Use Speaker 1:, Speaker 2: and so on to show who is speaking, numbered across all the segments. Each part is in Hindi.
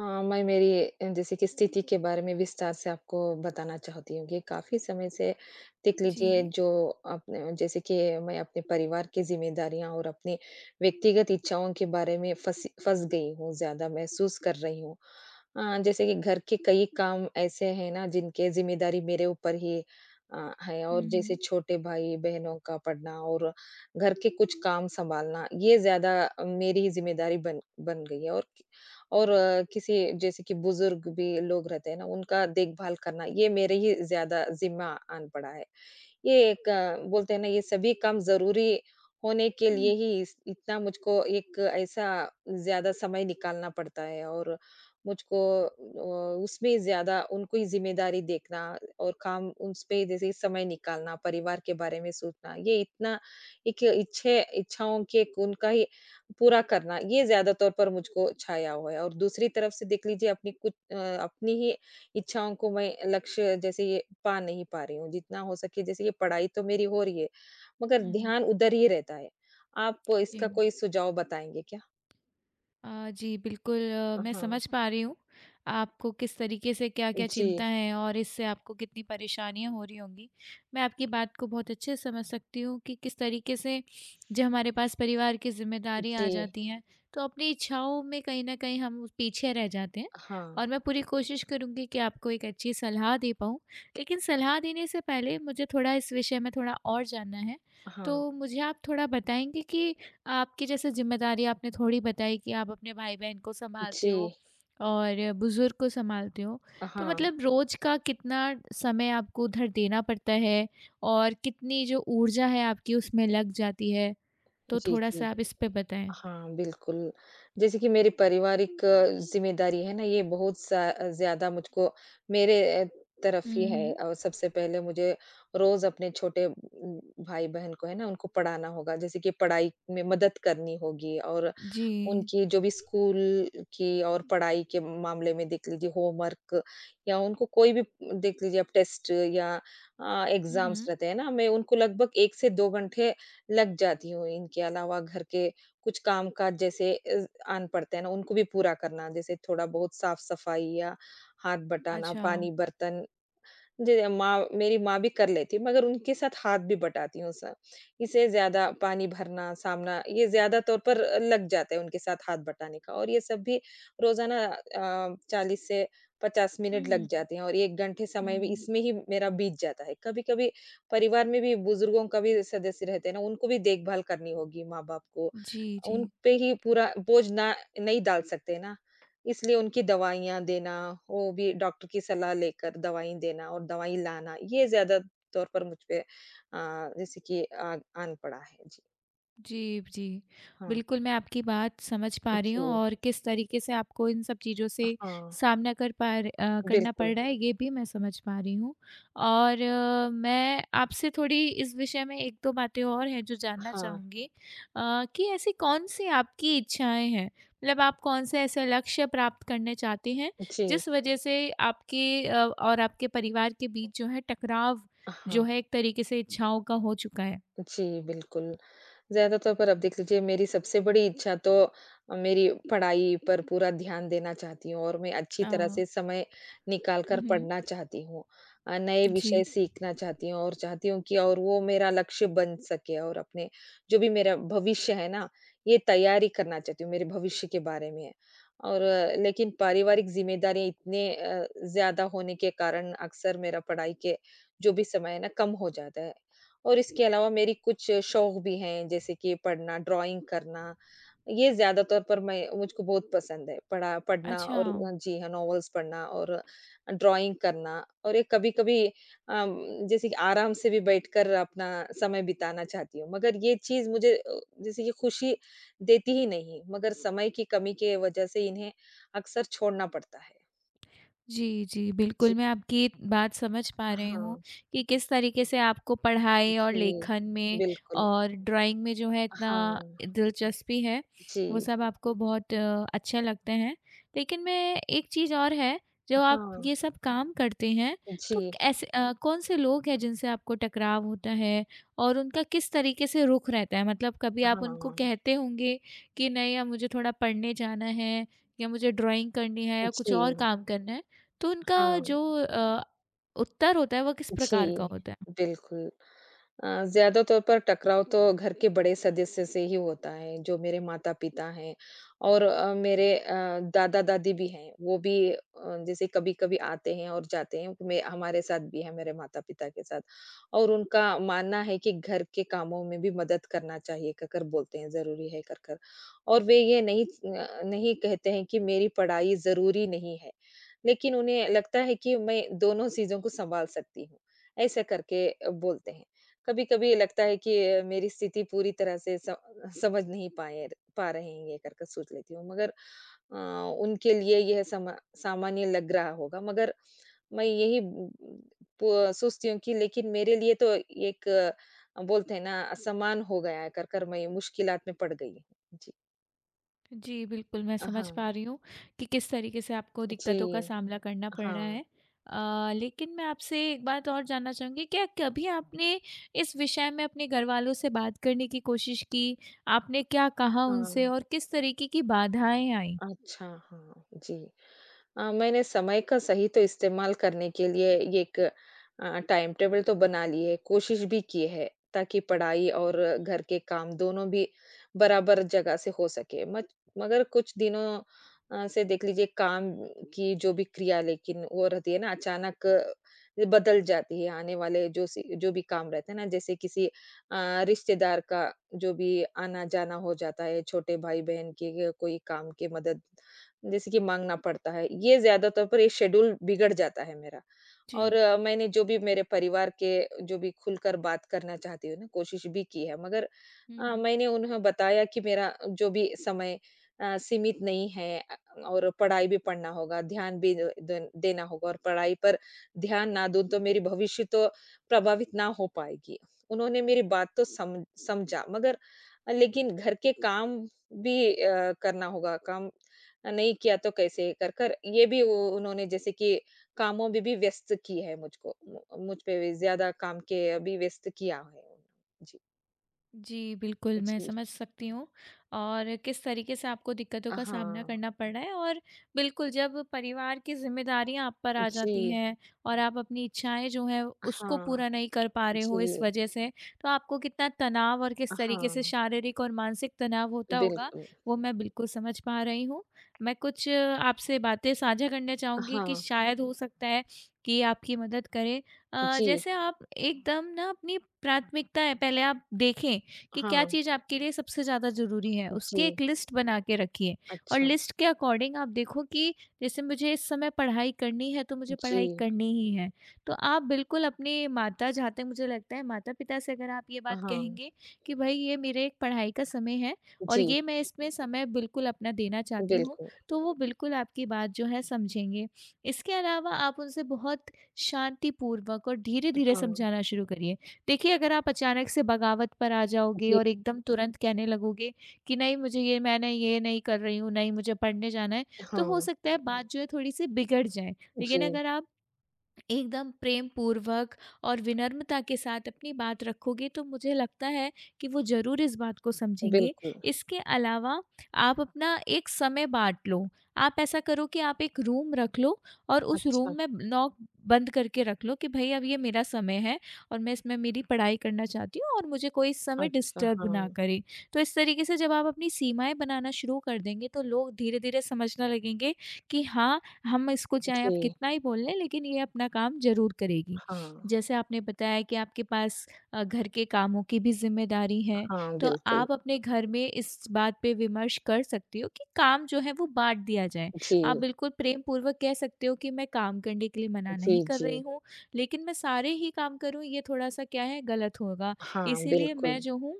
Speaker 1: हाँ, मैं मेरी जैसे कि स्थिति के बारे में विस्तार से आपको बताना चाहती हूँ कि काफ़ी समय से देख लीजिए
Speaker 2: जी।
Speaker 1: जो अपने जैसे कि मैं अपने परिवार की ज़िम्मेदारियाँ और अपनी व्यक्तिगत इच्छाओं के बारे में फँस गई हूँ, ज़्यादा महसूस कर रही हूँ। जैसे कि घर के कई काम ऐसे हैं ना जिनके ज़िम्मेदारी मेरे ऊपर ही है और
Speaker 2: हुँ,
Speaker 1: जैसे
Speaker 2: हुँ।
Speaker 1: छोटे भाई-बहनों का पढ़ना और घर के कुछ काम सँभालना, ये ज़्यादा मेरी ही ज़िम्मेदारी बन बन गई है और किसी जैसे कि बुजुर्ग भी लोग रहते हैं ना, उनका देखभाल करना, ये मेरे ही ज़्यादा ज़िम्मा आन पड़ा है। ये एक बोलते हैं ना ये सभी काम ज़रूरी होने के
Speaker 2: हुँ, हुँ।
Speaker 1: लिए ही इस इतना मुझको एक ऐसा ज़्यादा समय निकालना पड़ता है और मुझको उसमें ज़्यादा उनको ही ज़िम्मेदारी देखना और काम उसपे जैसे समय निकालना, परिवार के बारे में सोचना, ये इतना एक इच्छे इच्छाओं के एक उनका ही पूरा करना, ये ज़्यादा तौर पर मुझको छाया हुआ है और दूसरी तरफ से देख लीजिए अपनी कुछ अपनी ही इच्छाओं को मैं लक्ष्य जैसे ये पा नहीं पा रही हूँ जितना हो सके जैसे ये पढ़ाई तो मेरी हो रही है मगर
Speaker 2: हुँ, हुँ।
Speaker 1: ध्यान उधर ही रहता है। आप
Speaker 2: जी।
Speaker 1: इसका कोई सुझाव बताएँगे क्या?
Speaker 2: जी, बिल्कुल मैं
Speaker 1: हाँ।
Speaker 2: समझ पा रही हूँ, आपको किस तरीके से क्या-क्या
Speaker 1: जी,
Speaker 2: चिंता है और इससे आपको कितनी परेशानियाँ हो रही होंगी। मैं आपकी बात को बहुत अच्छे से समझ सकती हूँ कि किस तरीके से जो हमारे पास परिवार की ज़िम्मेदारी
Speaker 1: जी।
Speaker 2: आ जाती हैं, तो अपनी इच्छाओं में कहीं न कहीं हम पीछे रह जाते हैं
Speaker 1: हाँ,
Speaker 2: और मैं पूरी कोशिश करूँगी कि आपको एक अच्छी सलाह दे पाऊँ। लेकिन सलाह देने से पहले मुझे थोड़ा इस विषय में थोड़ा और जानना है,
Speaker 1: हाँ।
Speaker 2: तो मुझे आप थोड़ा बताएँगे कि आपकी जैसे ज़िम्मेदारी आपने थोड़ी बताई कि आप अपने भाई-बहन को सँभालते
Speaker 1: जी।
Speaker 2: हो और बुज़ुर्ग को सँभालते हो। तो
Speaker 1: हाँ।
Speaker 2: मतलब रोज़ का कितना समय आपको उधर देना पड़ता है और कितनी जो ऊर्जा है आपकी उसमें लग जाती है? तो
Speaker 1: जी, जी।
Speaker 2: थोड़ा-सा आप इस पे बताएँ।
Speaker 1: हाँ, बिल्कुल। जैसे कि मेरी पारिवारिक ज़िम्मेदारी है ना, ये बहुत सा ज़्यादा मुझको मेरे
Speaker 2: हुँ,
Speaker 1: तरफ ही है
Speaker 2: हुँ।
Speaker 1: और सबसे पहले मुझे रोज़ अपने छोटे भाई-बहन को है ना, उनको पढ़ाना होगा। जैसे कि पढ़ाई में मदद करनी होगी और
Speaker 2: जी।
Speaker 1: उनकी जो भी स्कूल की और पढ़ाई के मामले में देख लीजिए होमवर्क या उनको कोई भी देख लीजिए आप टेस्ट या
Speaker 2: हुँ,
Speaker 1: एग्ज़ाम्स
Speaker 2: हुँ।
Speaker 1: रहते हैं ना, मैं उनको लगभग 1 से 2 घंटे लग जाती हूँ। इनके अलावा घर के कुछ कामकाज जैसे आन पड़ते हैं ना, उनको भी पूरा करना, जैसे थोड़ा बहुत साफ-सफाई या हाथ बटाना,
Speaker 2: अच्छा।
Speaker 1: पानी, बर्तन। जी, माँ मेरी माँ भी कर लेती है, मगर उनके साथ हाथ भी बटाती हूँ। स इसे ज़्यादा पानी भरना, सामना ये ज़्यादा तौर पर लग जाता है उनके साथ हाथ बटाने का और ये सब भी रोज़ाना 40 से 50
Speaker 2: हुँ,
Speaker 1: मिनट लग
Speaker 2: हुँ,
Speaker 1: जाते हैं और 1 घंटे समय भी
Speaker 2: हुँ।
Speaker 1: इसमें ही मेरा बीत जाता है। कभी-कभी परिवार में भी बुज़ुर्गों का भी सदस्य रहते हैं ना, उनको भी देखभाल करनी होगी, माँ-बाप को।
Speaker 2: जी, जी।
Speaker 1: उन पे ही पूरा बोझ ना नहीं डाल सकते ना। इसलिए उनकी दवाइयाँ देना, वो भी डॉक्टर की सलाह लेकर दवाई देना और दवाई लाना, ये ज़्यादा तौर पर मुझ पे जैसे कि आ आन पड़ा है। जी,
Speaker 2: जी, जी।
Speaker 1: हाँ।
Speaker 2: बिल्कुल, मैं आपकी बात समझ पा रही
Speaker 1: जी,
Speaker 2: हूँ और किस तरीके से आपको इन सब चीज़ों से
Speaker 1: हाँ,
Speaker 2: सामना कर पा र अ, करना पड़
Speaker 1: बिल्कुल।
Speaker 2: रहा है, ये भी मैं समझ पा रही हूँ। और मैं आपसे थोड़ी इस विषय में 1-2 बातें और हैं जो जानना
Speaker 1: हाँ,
Speaker 2: चाहूँगी, कि ऐसी कौन-सी आपकी इच्छाएँ हैं? मतलब आप कौन-से ऐसे लक्ष्य प्राप्त करने चाहते हैं,
Speaker 1: जी,
Speaker 2: जिस वजह से आपके और आपके परिवार के बीच जो है टकराव, जो
Speaker 1: हाँ,
Speaker 2: है एक तरीके से इच्छाओं का हो चुका है?
Speaker 1: जी, बिल्कुल। ज़्यादा तौर पर आप देख लीजिए मेरी सबसे बड़ी इच्छा तो मेरी पढ़ाई पर पूरा ध्यान देना चाहती हूँ और मैं अच्छी
Speaker 2: अ,
Speaker 1: तरह से समय निकाल
Speaker 2: हुँ,
Speaker 1: कर
Speaker 2: हुँ।
Speaker 1: पढ़ना चाहती हूँ। नए विषय
Speaker 2: जी,
Speaker 1: सीखना चाहती हूँ और चाहती हूँ कि और वो मेरा लक्ष्य बन सके और अपने जो भी मेरा भविष्य है ना, ये तैयारी करना चाहती हूँ, मेरे भविष्य के बारे में। और लेकिन पारिवारिक ज़िम्मेदारियाँ इतने ज़्यादा होने के कारण अक्सर मेरा पढ़ाई के जो भी समय है ना, कम हो जाता है। और इसके अलावा मेरी कुछ शौक भी हैं, जैसे कि पढ़ना, ड्राइंग करना, ये ज़्यादा तौर पर मैं मुझको बहुत पसंद है, पढ़ा पढ़ना
Speaker 2: अच्छा।
Speaker 1: और जी हाँ, नॉवेल्स पढ़ना और ड्राइंग करना और ये कभी-कभी जैसे कि आराम से भी बैठकर अपना समय बिताना चाहती हूँ, मगर ये चीज़ मुझे जैसे कि खुशी देती ही नहीं, मगर समय की कमी के वजह से इन्हें अक्सर छोड़ना पड़ता है।
Speaker 2: जी, जी। बिल्कुल,
Speaker 1: जी,
Speaker 2: मैं आपकी बात समझ पा रही हूँ
Speaker 1: हाँ,
Speaker 2: कि किस तरीके से आपको पढ़ाई और
Speaker 1: जी,
Speaker 2: लेखन में
Speaker 1: बिल्कुल।
Speaker 2: और ड्राइंग में जो है इतना
Speaker 1: हाँ,
Speaker 2: दिलचस्पी है, वो
Speaker 1: जी,
Speaker 2: सब आपको बहुत अच्छा लगता है। लेकिन मैं, एक चीज़ और है, जो आप
Speaker 1: हाँ,
Speaker 2: ये सब काम करते हैं, तो
Speaker 1: जी।
Speaker 2: ऐसे कौन-से लोग हैं जिनसे आपको टकराव होता है और उनका किस तरीके से रुख रहता है? मतलब कभी आप उनको
Speaker 1: हाँ,
Speaker 2: कहते होंगे कि नहीं अब मुझे थोड़ा पढ़ने जाना है या मुझे ड्राइंग करनी है या कुछ
Speaker 1: जी,
Speaker 2: और काम करना है। तो उनका
Speaker 1: हाँ,
Speaker 2: जो अ, उत्तर होता है वो किस
Speaker 1: जी,
Speaker 2: प्रकार का होता है?
Speaker 1: बिल्कुल। ज़्यादातौर पर टकराव तो घर के बड़े सदस्य से ही होता है, जो मेरे माता-पिता हैं और मेरे दादा-दादी भी हैं, वो भी जैसे कभी-कभी आते हैं और जाते हैं, मैं हमारे साथ भी हैं, मेरे माता-पिता के साथ और उनका मानना है कि घर के कामों में भी मदद करना चाहिए कहकर बोलते हैं, ज़रूरी है कहकर और वे ये नहीं अ, नहीं कहते हैं कि मेरी पढ़ाई ज़रूरी नहीं है, लेकिन उन्हें लगता है कि मैं दोनों चीज़ों को सँभाल सकती हूँ, ऐसा करके बोलते हैं। कभी-कभी ये लगता है कि मेरी स्थिति पूरी तरह से स समझ नहीं पाए पा रहे हैं ये करके सोच लेती हूँ। मगर अ, उनके लिए यह समा सामान्य लग रहा होगा मगर मैं यही प सोचती हूँ कि लेकिन मेरे लिए तो एक बोलते हैं ना असमान हो गया है कर मैं मुश्किलात में पड़ गई हूँ। जी।
Speaker 2: जी, बिल्कुल मैं समझ पा
Speaker 1: हाँ।
Speaker 2: रही हूँ कि किस तरीके से आपको
Speaker 1: जी।
Speaker 2: दिक्कतों का सामना करना पड़ रहा है।
Speaker 1: हाँ,
Speaker 2: लेकिन मैं आपसे एक बात और जानना चाहूँगी, क्या कभी आपने इस विषय में अपने घरवालों से बात करने की कोशिश की? आपने क्या कहा उनसे
Speaker 1: हाँ।
Speaker 2: और किस तरीके की बाधाएँ आईं?
Speaker 1: अच्छा, हाँ। जी। मैंने समय का सही तो इस्तेमाल करने के लिए ये एक टाइम टेबल तो बना ली है, कोशिश भी की है, ताकि पढ़ाई और घर के काम दोनों भी बराबर जगह से हो सके। मच मगर कुछ दिनों से देख लीजिए काम की जो भी क्रिया लेकिन वो रहती है ना अचानक ये बदल जाती है, आने वाले जो भी काम रहते हैं ना, जैसे किसी रिश्तेदार का जो भी आना-जाना हो जाता है, छोटे भाई-बहन के कोई काम की मदद जैसे कि माँगना पड़ता है, ये ज़्यादा तौर पर ये शेड्यूल बिगड़ जाता है मेरा। और
Speaker 2: जी।
Speaker 1: मैंने जो भी मेरे परिवार के जो भी खुलकर बात करना चाहती हूँ ना, कोशिश भी की है मगर
Speaker 2: हुँ, हुँ।
Speaker 1: मैंने उन्हें बताया कि मेरा जो भी समय सीमित नहीं है और पढ़ाई भी पढ़ना होगा, ध्यान भी द दन देना होगा और पढ़ाई पर ध्यान ना दूँ तो मेरी भविष्य तो प्रभावित ना हो पाएगी। उन्होंने मेरी बात तो सम समझा मगर लेकिन घर के काम भी करना होगा, काम नहीं किया तो कैसे कर कर ये भी वो उन्होंने जैसे कि कामों में भी व्यस्त की है मुझको मुझ पे भी ज्यादा काम के अभी व्यस्त किया है उन्होंने। जी।
Speaker 2: जी, बिल्कुल, मैं
Speaker 1: जी।
Speaker 2: समझ सकती हूँ और किस तरीके से आपको दिक्कतों का सामना
Speaker 1: हाँ।
Speaker 2: करना पड़ रहा है, और बिल्कुल, जब परिवार की ज़िम्मेदारियाँ आप पर आ
Speaker 1: जी।
Speaker 2: जाती हैं और आप अपनी इच्छाएँ जो हैं उसको
Speaker 1: हाँ।
Speaker 2: पूरा नहीं कर पा रहे हो इस
Speaker 1: जी।
Speaker 2: वजह से, तो आपको कितना तनाव और किस तरीके से
Speaker 1: हाँ।
Speaker 2: शारीरिक और मानसिक तनाव होता होगा,
Speaker 1: बिल्कुल।
Speaker 2: वो मैं बिल्कुल समझ पा रही हूँ। मैं कुछ आपसे बातें साझा करना चाहूँगी कि
Speaker 1: हाँ।
Speaker 2: शायद हो सकता है कि आपकी मदद करें।
Speaker 1: जी।
Speaker 2: जैसे, आप एकदम ना, अपनी प्राथमिकताएँ पहले आप देखें कि क्या
Speaker 1: हाँ।
Speaker 2: चीज़ आपके लिए सबसे ज़्यादा ज़रूरी है, उसकी
Speaker 1: जी।
Speaker 2: एक लिस्ट बना के रखिए, और
Speaker 1: अच्छा।
Speaker 2: लिस्ट के अकॉर्डिंग आप देखो कि जैसे मुझे इस समय पढ़ाई करनी है, तो मुझे
Speaker 1: जी।
Speaker 2: पढ़ाई करनी ही है। तो आप बिल्कुल अपने माता, जहाँ तक मुझे लगता है, माता-पिता से अगर आप ये बात
Speaker 1: हाँ।
Speaker 2: कहेंगे कि भई ये मेरे एक पढ़ाई का समय है और
Speaker 1: जी।
Speaker 2: ये मैं इसमें समय बिल्कुल अपना देना चाहती हूँ,
Speaker 1: बिल्कुल।
Speaker 2: तो वो बिल्कुल आपकी बात जो है समझेंगे। इसके अलावा आप उनसे बहुत शांतिपूर्वक और धीरे-धीरे
Speaker 1: हाँ।
Speaker 2: समझाना शुरू करिए। देखिए, अगर आप अचानक से बगावत पर आ जाओगे
Speaker 1: जी।
Speaker 2: और एकदम तुरंत कहने लगोगे कि नहीं, मुझे ये, मैं नहीं, ये नहीं कर रही हूँ, नहीं मुझे पढ़ने जाना है, तो हो
Speaker 1: हाँ।
Speaker 2: सकता है बात जो है थोड़ी-सी बिगड़ जाए।
Speaker 1: जी।
Speaker 2: लेकिन अगर आप एकदम प्रेम पूर्वक और विनम्रता के साथ अपनी बात रखोगे तो मुझे लगता है कि वो ज़रूर इस बात को समझेंगे।
Speaker 1: बिल्कुल।
Speaker 2: इसके अलावा आप अपना एक समय बाँट लो। आप ऐसा करो कि आप एक रूम रख लो और उस रूम
Speaker 1: अच्छा।
Speaker 2: में नॉक बंद करके रख लो कि भई अब ये मेरा समय है और मैं इसमें मेरी पढ़ाई करना चाहती हूँ और मुझे कोई इस समय
Speaker 1: अच्छा।
Speaker 2: डिस्टर्ब
Speaker 1: हाँ।
Speaker 2: ना करे। तो इस तरीके से जब आप अपनी सीमाएँ बनाना शुरू कर देंगे, तो लोग धीरे-धीरे समझने लगेंगे कि हाँ, हम इसको चाहे
Speaker 1: जी।
Speaker 2: आप कितना ही बोल लें लेकिन ये अपना काम ज़रूर करेगी।
Speaker 1: हाँ।
Speaker 2: जैसे आपने बताया कि आपके पास घर के कामों की भी ज़िम्मेदारी है,
Speaker 1: हाँ।
Speaker 2: तो
Speaker 1: बिल्कुल।
Speaker 2: आप अपने घर में इस बात पे विमर्श कर सकती हो कि काम जो है वो बाँट दिया जाए।
Speaker 1: जी।
Speaker 2: आप बिल्कुल प्रेमपूर्वक कह सकते हो कि मैं काम करने के लिए मना नहीं
Speaker 1: जी,
Speaker 2: कर
Speaker 1: जी।
Speaker 2: रही हूँ, लेकिन मैं सारे ही काम करूँ ये थोड़ा-सा, क्या है, गलत होगा।
Speaker 1: हाँ,
Speaker 2: इसीलिए मैं
Speaker 1: बिल्कुल।
Speaker 2: जो हूँ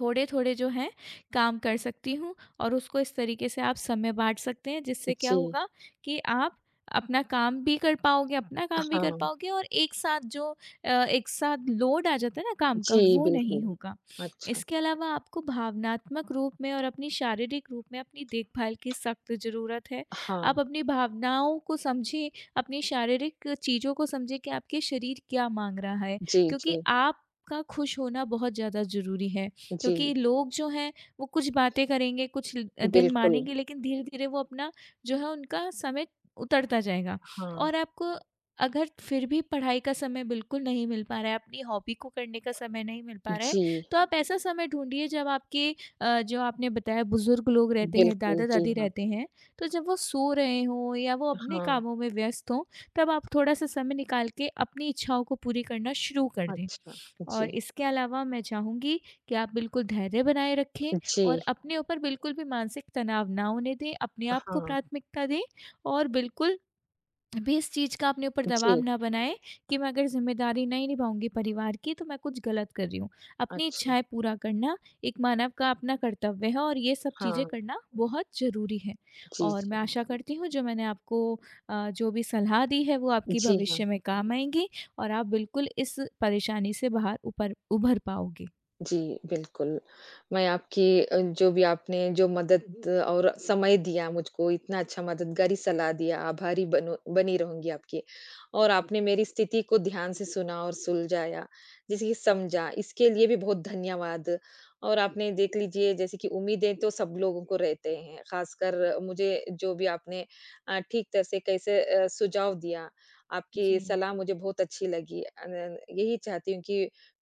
Speaker 2: थोड़े-थोड़े जो हैं काम कर सकती हूँ, और उसको इस तरीके से आप समय बाँट सकते हैं जिससे क्या
Speaker 1: जी,
Speaker 2: होगा कि आप अपना काम भी कर पाओगे, अपना काम भी कर
Speaker 1: हाँ।
Speaker 2: पाओगे, और एक साथ एक साथ लोड आ जाता है ना काम का,
Speaker 1: जी,
Speaker 2: वो नहीं
Speaker 1: बिल्कुल।
Speaker 2: होगा।
Speaker 1: अच्छा।
Speaker 2: इसके अलावा आपको भावनात्मक रूप में और अपनी शारीरिक रूप में अपनी देखभाल की सख्त ज़रूरत है।
Speaker 1: हाँ।
Speaker 2: आप अपनी भावनाओं को समझें, अपनी शारीरिक चीज़ों को समझें कि आपके शरीर क्या माँग रहा है,
Speaker 1: जी,
Speaker 2: क्योंकि
Speaker 1: जी,
Speaker 2: आपका खुश होना बहुत ज़्यादा ज़रूरी है। क्योंकि
Speaker 1: जी।
Speaker 2: लोग जो हैं वो कुछ बातें करेंगे, कुछ ल दिन
Speaker 1: बिल्कुल,
Speaker 2: मानेंगे, लेकिन धीरे-धीरे वो अपना, जो है, उनका समय उतरता जाएगा।
Speaker 1: हाँ।
Speaker 2: और आपको अगर फिर भी पढ़ाई का समय बिल्कुल नहीं मिल पा रहा है, अपनी हॉबी को करने का समय नहीं मिल पा रहा है,
Speaker 1: जी,
Speaker 2: तो आप ऐसा समय ढूँढिए जब आपके, जो आपने बताया, बुज़ुर्ग लोग रहते हैं,
Speaker 1: बिल्कुल, जी
Speaker 2: दादा-दादी
Speaker 1: हाँ।
Speaker 2: रहते हैं, तो जब वो सो रहे हों या वो अपने
Speaker 1: हाँ,
Speaker 2: कामों में व्यस्त हों, तब आप थोड़ा-सा समय निकाल के अपनी इच्छाओं को पूरी करना शुरू कर दें।
Speaker 1: अच्छा। जी,
Speaker 2: और इसके अलावा मैं चाहूँगी कि आप बिल्कुल धैर्य बनाए रखें और
Speaker 1: जी,
Speaker 2: अपने ऊपर बिल्कुल भी मानसिक तनाव ना होने दें, अपने आप को
Speaker 1: हाँ,
Speaker 2: प्राथमिकता दें, और बिल्कुल भी इस चीज़ का अपने ऊपर दबाव
Speaker 1: जी,
Speaker 2: ना बनाएँ कि मैं अगर ज़िम्मेदारी नहीं निभाऊँगी परिवार की तो मैं कुछ गलत कर रही हूँ। अपनी
Speaker 1: अच्छा।
Speaker 2: इच्छाएँ पूरा करना एक मानव का अपना कर्तव्य है और ये सब चीज़ें
Speaker 1: हाँ,
Speaker 2: करना बहुत ज़रूरी है।
Speaker 1: जी,
Speaker 2: और मैं
Speaker 1: जी।
Speaker 2: आशा करती हूँ, जो मैंने आपको जो भी सलाह दी है वो आपकी
Speaker 1: जी हाँ।
Speaker 2: भविष्य में काम आएँगी और आप बिल्कुल इस परेशानी से बाहर, ऊपर उभर पाओगे।
Speaker 1: जी, बिल्कुल। मैं आपकी जो भी आपने जो मदद और समय दिया मुझको, इतना अच्छा मददगारी सलाह दिया, आभारी बनो बनी रहूँगी आपकी। और आपने मेरी स्थिति को ध्यान से सुना और सुलझाया, जैसे कि समझा, इसके लिए भी बहुत धन्यवाद। और आपने देख लीजिए जैसे कि उम्मीदें तो सब लोगों को रहते हैं, ख़ासकर मुझे जो भी आपने ठीक तरह से कैसे सुझाव दिया, आपकी
Speaker 2: जी।
Speaker 1: सलाह मुझे बहुत अच्छी लगी। न यही चाहती हूँ कि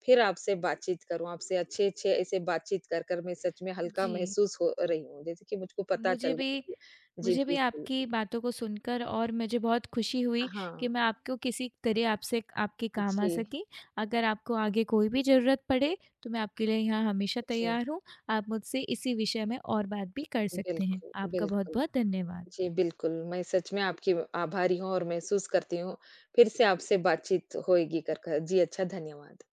Speaker 1: फिर आपसे बातचीत करूँ, आपसे अच्छे-अच्छे ऐसे बातचीत कर मैं सच में हल्का
Speaker 2: जी।
Speaker 1: महसूस हो रही हूँ, जैसे कि मुझको पता
Speaker 2: मुझे
Speaker 1: चल
Speaker 2: भी
Speaker 1: गया। जी,
Speaker 2: मुझे भी
Speaker 1: बिल्कुल।
Speaker 2: आपकी बातों को सुनकर, और मुझे बहुत खुशी हुई
Speaker 1: हाँ,
Speaker 2: कि मैं आपको किसी तरह, आपसे, आपके काम आ
Speaker 1: जी,
Speaker 2: सकी। अगर आपको आगे कोई भी ज़रूरत पड़े, तो मैं आपके लिए यहाँ हमेशा
Speaker 1: जी,
Speaker 2: तैयार हूँ। आप मुझसे इसी विषय में और बात भी कर सकते हैं।
Speaker 1: बिल्कुल,
Speaker 2: आपका
Speaker 1: बिल्कुल।
Speaker 2: बहुत-बहुत धन्यवाद।
Speaker 1: जी, बिल्कुल, मैं सच में आपकी आभारी हूँ और महसूस करती हूँ, फिर से आपसे बातचीत होएगी कर कर। जी, अच्छा, धन्यवाद।